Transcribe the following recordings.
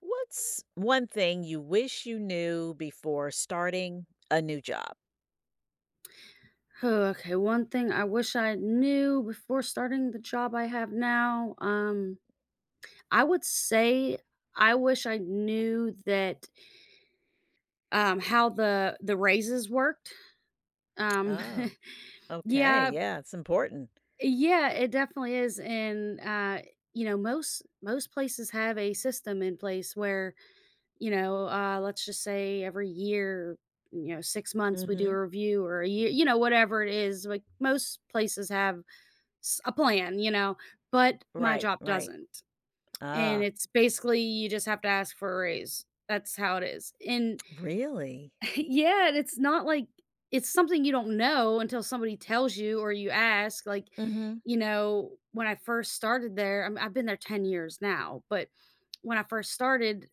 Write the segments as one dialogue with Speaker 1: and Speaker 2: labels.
Speaker 1: What's one thing you wish you knew before starting a new job?
Speaker 2: Oh, okay, one thing I wish I knew before starting the job I have now, I would say I wish I knew that, how the raises worked. Um,
Speaker 1: Oh, okay.
Speaker 2: yeah,
Speaker 1: Yeah, it's important.
Speaker 2: yeah, it definitely is, and, you know, most places have a system in place where, you know, let's just say every year, you know, 6 months we do
Speaker 1: Hmm.
Speaker 2: a review or a year, you know, whatever it is, like, most places have s a plan, you know, but my
Speaker 1: Right,
Speaker 2: job
Speaker 1: right.
Speaker 2: doesn't, and
Speaker 1: Ah,
Speaker 2: it's basically you just have to ask for a raise. That's how it is, and
Speaker 1: really?
Speaker 2: yeah, and it's not like it's something you don't know until somebody tells you or you ask, like,
Speaker 1: Hmm.
Speaker 2: you know, when I first started there I've been there 10 years now, but when I first started,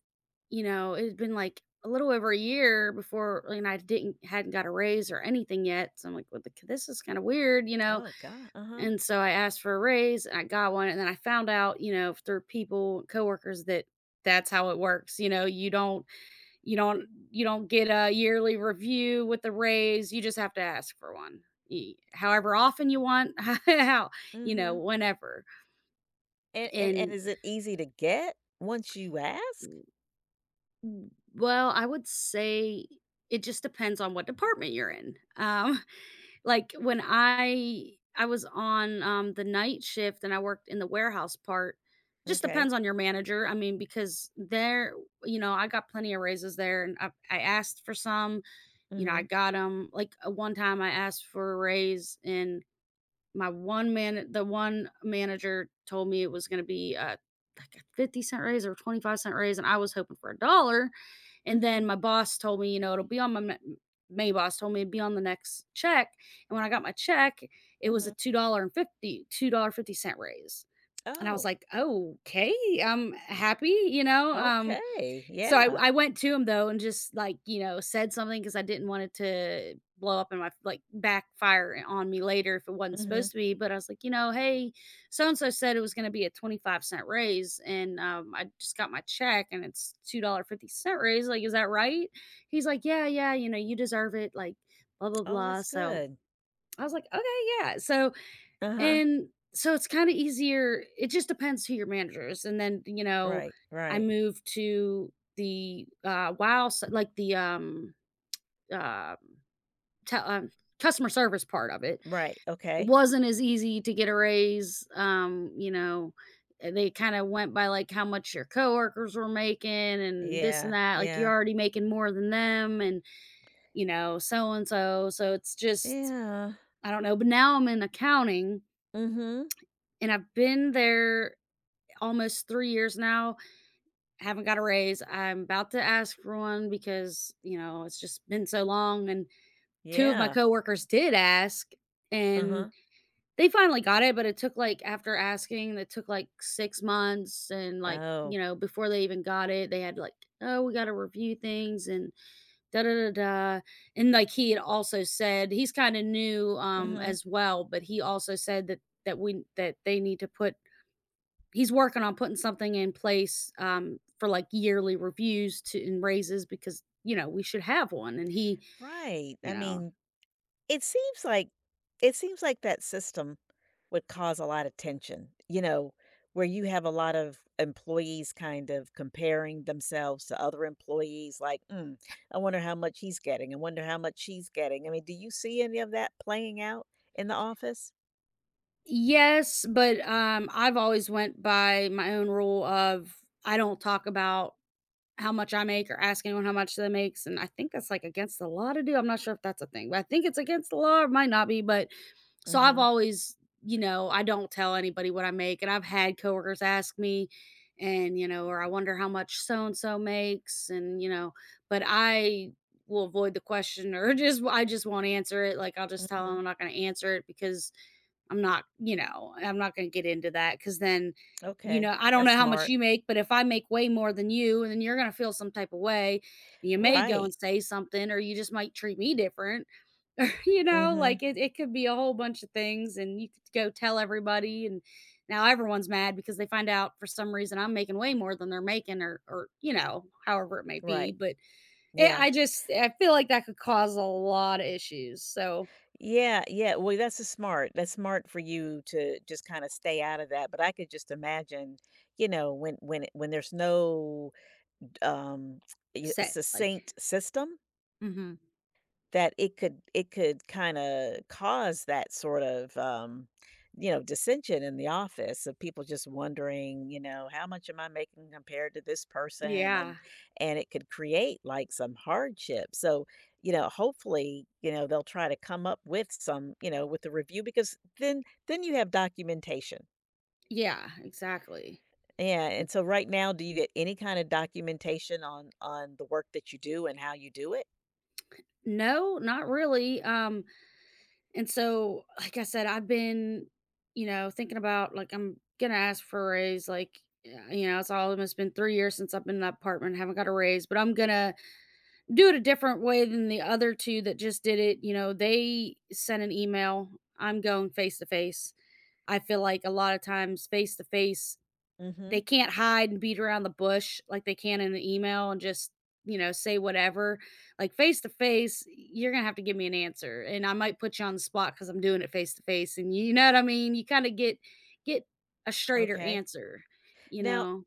Speaker 2: you know, it had been, like, a little over a year before and I didn't hadn't got a raise or anything yet, so I'm like, "Well, th this is kinda weird," you know?
Speaker 1: Oh God. Uh-huh.
Speaker 2: And so I asked for a raise, and I got one, and then I found out, you know, through people, coworkers that that's how it works, you know, you don't get a yearly review with the raise, you just have to ask for one. Y However often you want, how you know,
Speaker 1: Hmm.
Speaker 2: whenever.
Speaker 1: And
Speaker 2: And
Speaker 1: is it easy to get once you ask?
Speaker 2: w well, I would say it just depends on what department you're in. Like, when I was on, the night shift and I worked in the warehouse part just
Speaker 1: Okay.
Speaker 2: depends on your manager, I mean, because there, you know, I got plenty of raises there, and I asked for some, you know,
Speaker 1: Hmm.
Speaker 2: I got them. Like, one time I asked for a raise, and my one man the one manager told me it was gonna be a like a 50 cent raise or 25 cent raise, and I was hoping for a dollar, and then
Speaker 1: Hmm.
Speaker 2: my boss told me, you know, it'll be on my ma May boss told me it'd be on the next check, and when I got my check, it was
Speaker 1: Hmm.
Speaker 2: a $2 and fifty dollars 50 cent raise, and I was
Speaker 1: Oh,
Speaker 2: like, "Okay, I'm happy," you know,
Speaker 1: okay.
Speaker 2: so
Speaker 1: Yeah.
Speaker 2: I went to him though and just, like, you know, said something because I didn't want it to blow up in my like, backfire, on me later if it wasn't
Speaker 1: Hmm.
Speaker 2: supposed to be, but I was like, "You know, hey, so and so said it was gonna be a 25 cent raise, and, I just got my check and it's $2.50 raise, like, is that right?" He's like, "Yeah, yeah, you know, you deserve it, like, blah, blah,
Speaker 1: Oh,
Speaker 2: blah."
Speaker 1: that's
Speaker 2: So,
Speaker 1: good.
Speaker 2: I was like, "Okay, yeah." So,
Speaker 1: Uh-huh.
Speaker 2: and so it's kinda easier, it just depends who your manager is, and then, you know,
Speaker 1: Right,
Speaker 2: I
Speaker 1: right,
Speaker 2: moved to the, WOW, s like, the, uh, tel customer service part of it.
Speaker 1: right.
Speaker 2: It
Speaker 1: Okay.
Speaker 2: wasn't as easy to get a raise, you know, they kinda went by, like, how much your coworkers were making and this and
Speaker 1: Yeah,
Speaker 2: that, like, you're
Speaker 1: yeah,
Speaker 2: already making more than them and, you know, so and so, so it's just,
Speaker 1: yeah.
Speaker 2: I don't know, but now I'm in accounting,
Speaker 1: Mhm.
Speaker 2: and I've been there almost 3 years now, I haven't got a raise. I'm about to ask for one because, you know, it's just been so long, and 2 of my
Speaker 1: Yeah.
Speaker 2: coworkers did ask, and
Speaker 1: Uh-huh.
Speaker 2: they finally got it, but it took, like, after asking, it took, like, 6 months, and, like,
Speaker 1: Oh.
Speaker 2: you know, before they even got it, they had, like, "Oh, we gotta review things and da da da da," and, like, he had also said he's kinda new,
Speaker 1: Mhm.
Speaker 2: as well, but he also said that they need to put he's working on putting something in place, for, like, yearly reviews to and raises because, you know, we should have one, and he,
Speaker 1: Right.
Speaker 2: you
Speaker 1: I
Speaker 2: know.
Speaker 1: mean, it seems like it seems like that system would cause a lot of tension, you know, where you have a lot of employees kind of comparing themselves to other employees like, "Mm, I wonder how much he's getting. I wonder how much she's getting." I mean, do you see any of that playing out in the office?
Speaker 2: Yes, but, I've always went by my own rule of, I don't talk about how much I make or ask anyone how much they makes, and I think that's, like, against the law to do, I'm not sure if that's a thing, but I think it's against the law, it might not be, but so I've
Speaker 1: Mhm.
Speaker 2: always, you know, I don't tell anybody what I make, and I've had coworkers ask me and, you know, or I wonder how much so and so makes and, you know, but I will avoid the question or just I just won't answer it. Like, I'll just tell them
Speaker 1: Mhm.
Speaker 2: I'm not going to answer it because I'm not going to get into that cuz then, you
Speaker 1: Okay.
Speaker 2: know, I don't
Speaker 1: That's
Speaker 2: know how much
Speaker 1: smart.
Speaker 2: you make, but if I make way more than you, then you're going to feel some type of way. You may go
Speaker 1: Right.
Speaker 2: and say something or you just might treat me different, you know,
Speaker 1: Mhm.
Speaker 2: like it could be a whole bunch of things, and you could go tell everybody, and now everyone's mad because they find out for some reason I'm making way more than they're making, or you know, however it may be.
Speaker 1: Right.
Speaker 2: But it,
Speaker 1: Yeah.
Speaker 2: I just I feel like that could cause a lot of issues. So
Speaker 1: Yeah, yeah. Well, that's a smart. That's smart for you to just kind of stay out of that. But I could just imagine, you know, when it- when there's no um y-
Speaker 2: set like
Speaker 1: succinct system,
Speaker 2: hmm
Speaker 1: that it could kinda cause that sort of, you know, dissension in the office of people just wondering, you know, "How much am I making compared to this person?"
Speaker 2: yeah,
Speaker 1: And it could create, like, some hardship, so, you know, hopefully, you know, they'll try to come up with some you know, with the review because then you have documentation.
Speaker 2: yeah, exactly.
Speaker 1: Yeah, and so right now, do you get any kind of documentation on the work that you do and how you do it?
Speaker 2: No, not really. And so, like I said, I've been, you know, thinking about, like, I'm gonna ask for a raise. Like, yeah, you know, it's almost been 3 years since I've been in that apartment, haven't got a raise, but I'm gonna do it a different way than the other two that just did it. You know, they sent an email. I'm going face to face. I feel like a lot of times face to face
Speaker 1: Mhm,
Speaker 2: they can't hide and beat around the bush like they can in an email and just, you know, say whatever. Like, face to face, you're gonna have to give me an answer, and I might put you on the spot because I'm doing it face to face, and you know what I mean. You kind of get a straighter
Speaker 1: okay.
Speaker 2: answer, you
Speaker 1: Now
Speaker 2: know.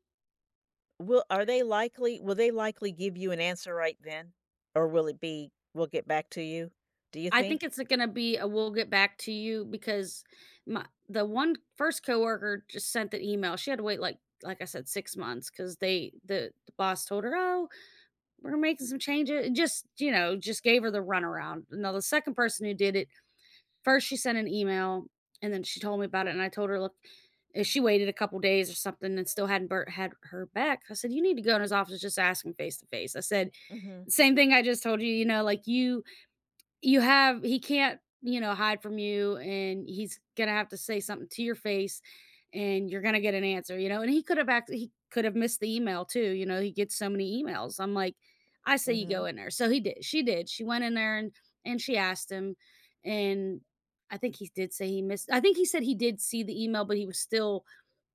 Speaker 1: will they likely give you an answer right then? Or will it be, "We'll get back to you," do you
Speaker 2: I think
Speaker 1: think?
Speaker 2: it's gonna be a "We'll get back to you" because my the one first coworker just sent an email. She had to wait, like I said, 6 months because the boss told her, oh, we're making some changes. Just, you know, just gave her the runaround. Now, the second person who did it, first she sent an email and then she told me about it. And I told her, look, if she waited a couple days or something and still hadn't Bert had her back, I said, you need to go in his office, just ask him face to face. I said,
Speaker 1: Mhm,
Speaker 2: same thing I just told you, you know, like you have he can't, you know, hide from you and he's gonna have to say something to your face and you're gonna get an answer, you know, and he could have missed the email too, you know, he gets so many emails. I'm like, I say you go
Speaker 1: mhm,
Speaker 2: in there. So he did. She did. She went in there and she asked him and I think he said he did see the email, but he was still,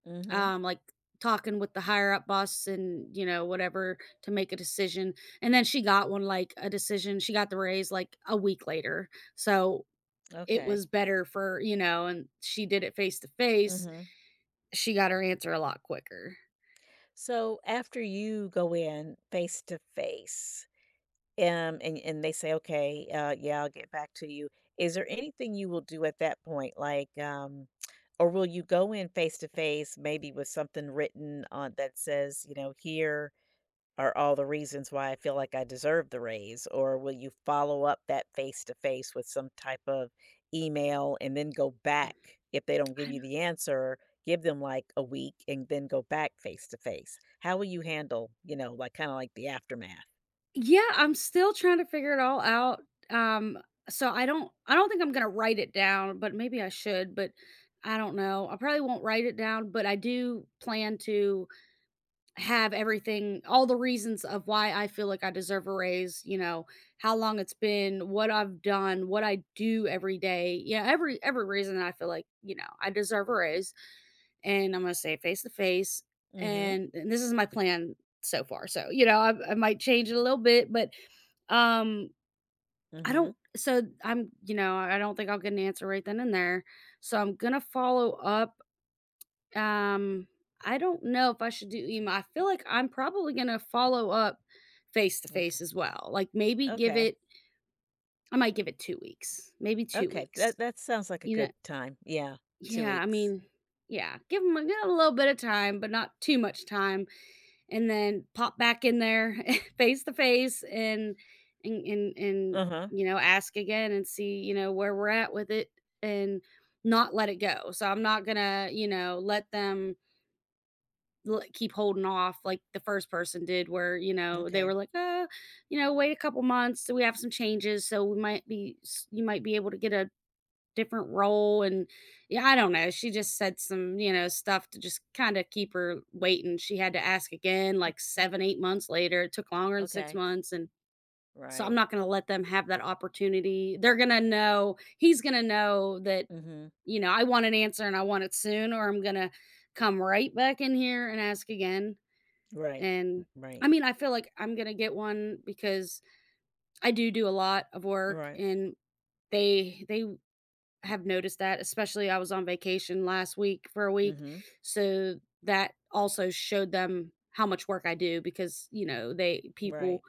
Speaker 1: mhm,
Speaker 2: like, talking with the higher up boss and you know whatever to make a decision, and then she got the raise like a week later, so it
Speaker 1: okay,
Speaker 2: was better for, you know, and she did it face to face,
Speaker 1: mhm.
Speaker 2: she got her answer a lot quicker.
Speaker 1: So, after you go in face to face, and they say, "Okay, yeah, I'll get back to you," is there anything you will do at that point? Like, or will you go in face to face maybe with something written on that says, you know, "Here are all the reasons why I feel like I deserve the raise? Or will you follow up that face to face with some type of email and then go back if they don't give
Speaker 2: I
Speaker 1: you
Speaker 2: don't,
Speaker 1: the answer? Give them like a week and then go back face to face. How will you handle, you know, like kind of like the aftermath?
Speaker 2: yeah, I'm still trying to figure it all out. um so I don't think I'm gonna write it down, but maybe I should, but I don't know, I probably won't write it down, but I do plan to have everything, all the reasons of why I feel like I deserve a raise, you know, how long it's been, what I've done, what I do every day. Yeah, every reason that I feel like, you know, I deserve a raise, and I'm going to say it face to face,
Speaker 1: Mm-hmm.
Speaker 2: and this is my plan so far. So, you know, I might change it a little bit, but um
Speaker 1: Mm-hmm.
Speaker 2: I don't think I'll get an answer right then and there. So I'm going to follow up, um, I don't know if I should do email. I feel like I'm probably gonna follow up face to
Speaker 1: Okay.
Speaker 2: face as well. Like maybe give
Speaker 1: Okay.
Speaker 2: it I might give it 2 weeks. Maybe 2
Speaker 1: Okay. That
Speaker 2: weeks.
Speaker 1: that sounds like a
Speaker 2: You know
Speaker 1: good time. Yeah. Two
Speaker 2: yeah, I
Speaker 1: weeks.
Speaker 2: mean, yeah, give them a, give 'em a little bit of time, but not too much time and then pop back in there face to face and
Speaker 1: Uh-huh.
Speaker 2: ask again and see, where we're at with it and not let it go. So I'm not going to, let them l keep holding off like the first person did where, you know, they were
Speaker 1: Okay.
Speaker 2: like, you know, wait a couple months, so we have some changes, so we might be s you might be able to get a different role," and yeah, I don't know, she just said some, you know, stuff to just kinda keep her waiting. She had to ask again, like,
Speaker 1: Mhm.
Speaker 2: 7, 8 months later. It took longer than 6
Speaker 1: Okay.
Speaker 2: months, and so I'm
Speaker 1: Right.
Speaker 2: not gonna let them have that opportunity. They're gonna know He's gonna know that,
Speaker 1: Mm-hmm.
Speaker 2: I want an answer and I want it soon, or I'm gonna come right back in here and ask again.
Speaker 1: Right.
Speaker 2: And
Speaker 1: Right.
Speaker 2: I mean, I feel like I'm gonna get one because I do do a lot of work,
Speaker 1: Right.
Speaker 2: and they have noticed that. Especially, I was on vacation last week for a week,
Speaker 1: Mm-hmm.
Speaker 2: so that also showed them how much work I do because you know they
Speaker 1: Right.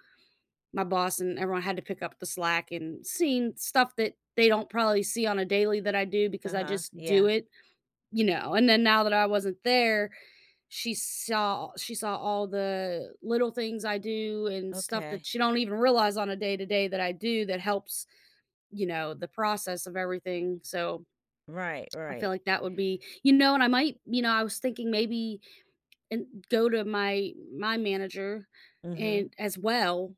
Speaker 2: my boss and everyone had to pick up the slack and seeing stuff that they don't probably see on a daily that I do because I
Speaker 1: Uh-huh,
Speaker 2: just do
Speaker 1: yeah,
Speaker 2: it, you know. And then now that I wasn't there, she saw all the little things I do and stuff that
Speaker 1: okay.
Speaker 2: she don't even realize on a day to day that I do that helps, you know, the process of everything, so
Speaker 1: Right,
Speaker 2: I feel
Speaker 1: right.
Speaker 2: like that would be and I might I was thinking maybe and go to my manager
Speaker 1: Mhm.
Speaker 2: and as well,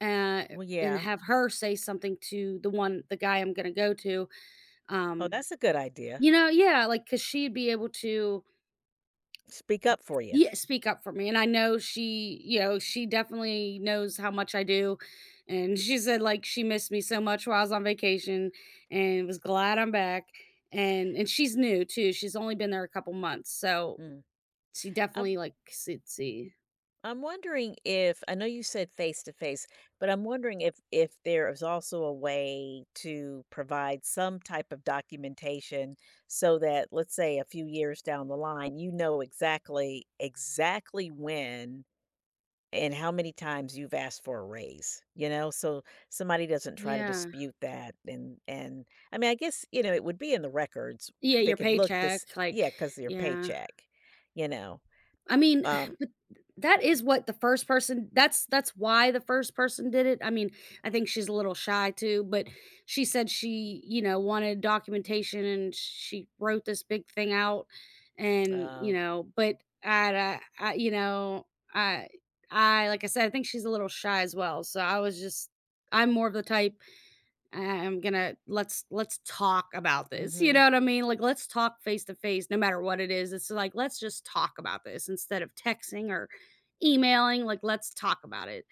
Speaker 2: uh,
Speaker 1: Well,
Speaker 2: and
Speaker 1: yeah.
Speaker 2: have her say something to the guy I'm gonna go to,
Speaker 1: Oh,
Speaker 2: um,
Speaker 1: that's a good idea.
Speaker 2: you know, yeah, like because 'cause she'd be able to.
Speaker 1: Speak up for you.
Speaker 2: Yeah, speak up for me, and I know she you know, she definitely knows how much I do, and she said, like, she missed me so much while I was on vacation and was glad I'm back, and she's new too, she's only been there a couple months, so
Speaker 1: Mm.
Speaker 2: she definitely,
Speaker 1: I'm
Speaker 2: like, see.
Speaker 1: I'm wondering if I know you said face to face, but I'm wondering if there is also a way to provide some type of documentation so that, let's say, a few years down the line, you know exactly when and how many times you've asked for a raise, you know? So somebody doesn't try to
Speaker 2: Yeah.
Speaker 1: dispute that and I mean, I guess, you know, it would be in the records.
Speaker 2: Yeah,
Speaker 1: They
Speaker 2: your
Speaker 1: could look this
Speaker 2: paycheck, like.
Speaker 1: yeah, 'cause of your
Speaker 2: Yeah.
Speaker 1: paycheck, you know?
Speaker 2: I mean,
Speaker 1: Um.
Speaker 2: but that is what the first person that's why the first person did it. I mean, I think she's a little shy too, but she said she, you know, wanted documentation and she wrote this big thing out and, you
Speaker 1: Oh,
Speaker 2: know, but I I. I like I said, I think she's a little shy as well. So I was just I'm more of the type I I'm gonna let's talk about this, you
Speaker 1: mhm.
Speaker 2: know what I mean? Like, let's talk face to face no matter what it is. It's like, let's just talk about this instead of texting or emailing, like, let's talk about it.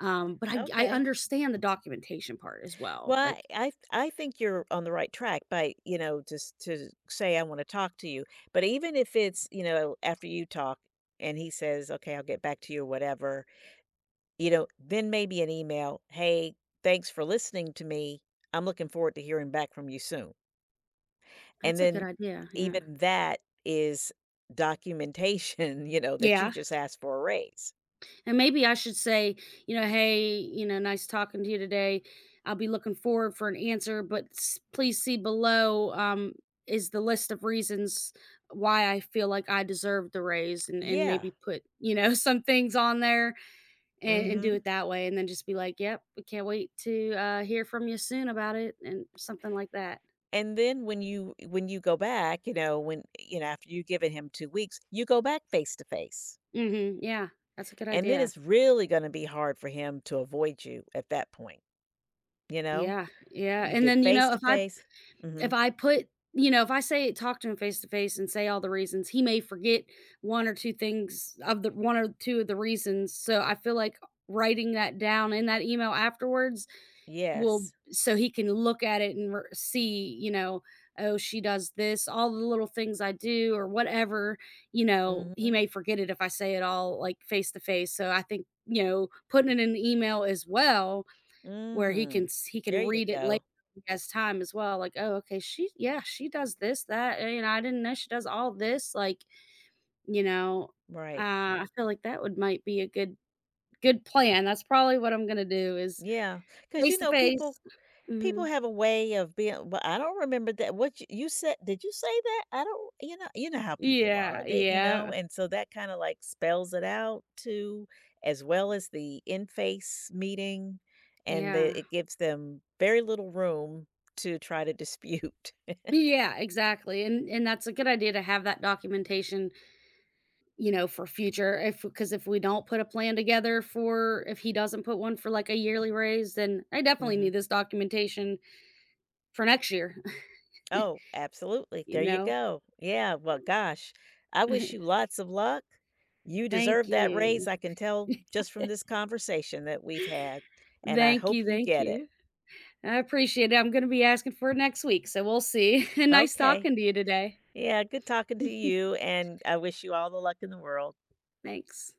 Speaker 2: But I
Speaker 1: Okay.
Speaker 2: understand the documentation part as
Speaker 1: Well,
Speaker 2: well, like,
Speaker 1: I think you're on the right track by, you know, just to say, "I wanna talk to you." But even if it's, you know, after you talk and he says, "Okay, I'll get back to you," or whatever, you know, then maybe an email, "Hey, thanks for listening to me. I'm looking forward to hearing back from you soon." And
Speaker 2: that's a good
Speaker 1: then
Speaker 2: idea, yeah.
Speaker 1: even that is documentation, you know, that you
Speaker 2: Yeah.
Speaker 1: just asked for a raise.
Speaker 2: And maybe I should say, you know, "Hey, you know, nice talking to you today. I'll be looking forward for an answer, but please see below is the list of reasons why I feel like I deserve the raise," and
Speaker 1: Yeah.
Speaker 2: maybe put you know some things on there and do
Speaker 1: Mhm.
Speaker 2: it that way, and then just be like, "Yep, we can't wait to hear from you soon about it," and something like that.
Speaker 1: And then when you go back, you know, when you know, after you've given him 2 weeks, you go back face to face.
Speaker 2: Yeah, that's a good
Speaker 1: And then
Speaker 2: idea.
Speaker 1: it's really gonna be hard for him to avoid you at that point. You know?
Speaker 2: Yeah, yeah,
Speaker 1: You
Speaker 2: And
Speaker 1: did
Speaker 2: then, you
Speaker 1: face
Speaker 2: know,
Speaker 1: to
Speaker 2: if I
Speaker 1: face.
Speaker 2: If
Speaker 1: Mhm.
Speaker 2: I put you know, if I say talk to him face to face and say all the reasons, he may forget 1 or 2 things of the 1 or 2 of the reasons, so I feel like writing that down in that email afterwards will
Speaker 1: Yes.
Speaker 2: so he can look at it and r see, you know, "Oh, she does this," all the little things I do or whatever, you know, he
Speaker 1: Mhm.
Speaker 2: may forget it if I say it all, like, face to face, so I think, you know, putting it in the email as well where he can
Speaker 1: Mhm.
Speaker 2: s he can
Speaker 1: There you
Speaker 2: read it later
Speaker 1: go.
Speaker 2: when he has time as well, like, "Oh, okay, she yeah, she does this, that, and you know, I didn't know she does all this," like, you know, uh,
Speaker 1: Right.
Speaker 2: I feel like that would might be a good good plan, that's probably what I'm gonna do is
Speaker 1: Yeah. Cause
Speaker 2: face
Speaker 1: you
Speaker 2: to
Speaker 1: know, people
Speaker 2: face
Speaker 1: people
Speaker 2: Mhm.
Speaker 1: have a way of being well, I don't remember that what you said did you say that? I don't you know how people are.
Speaker 2: Yeah,
Speaker 1: They you know,
Speaker 2: yeah,
Speaker 1: and so that kinda, like, spells it out too, as well as the in-face meeting, and
Speaker 2: yeah.
Speaker 1: the it gives them very little room to try to dispute.
Speaker 2: Yeah, exactly, and that's a good idea to have that documentation, you know, for future if because if we don't put a plan together for if he doesn't put one for, like, a yearly raise, then I definitely
Speaker 1: Mhm.
Speaker 2: need this documentation for next year. You
Speaker 1: Oh, absolutely. There you
Speaker 2: know?
Speaker 1: go. Yeah, well, gosh, I wish you lots of luck. You
Speaker 2: Thank
Speaker 1: deserve that raise.
Speaker 2: you.
Speaker 1: I can tell just from this conversation that we've had, and I
Speaker 2: Thank
Speaker 1: hope
Speaker 2: you,
Speaker 1: you
Speaker 2: thank
Speaker 1: get it.
Speaker 2: you. I appreciate it, I'm gonna be asking for it next week, so we'll see. Nice
Speaker 1: Okay.
Speaker 2: talking to you today.
Speaker 1: Yeah, good talking to you, and I wish you all the luck in the world.
Speaker 2: Thanks.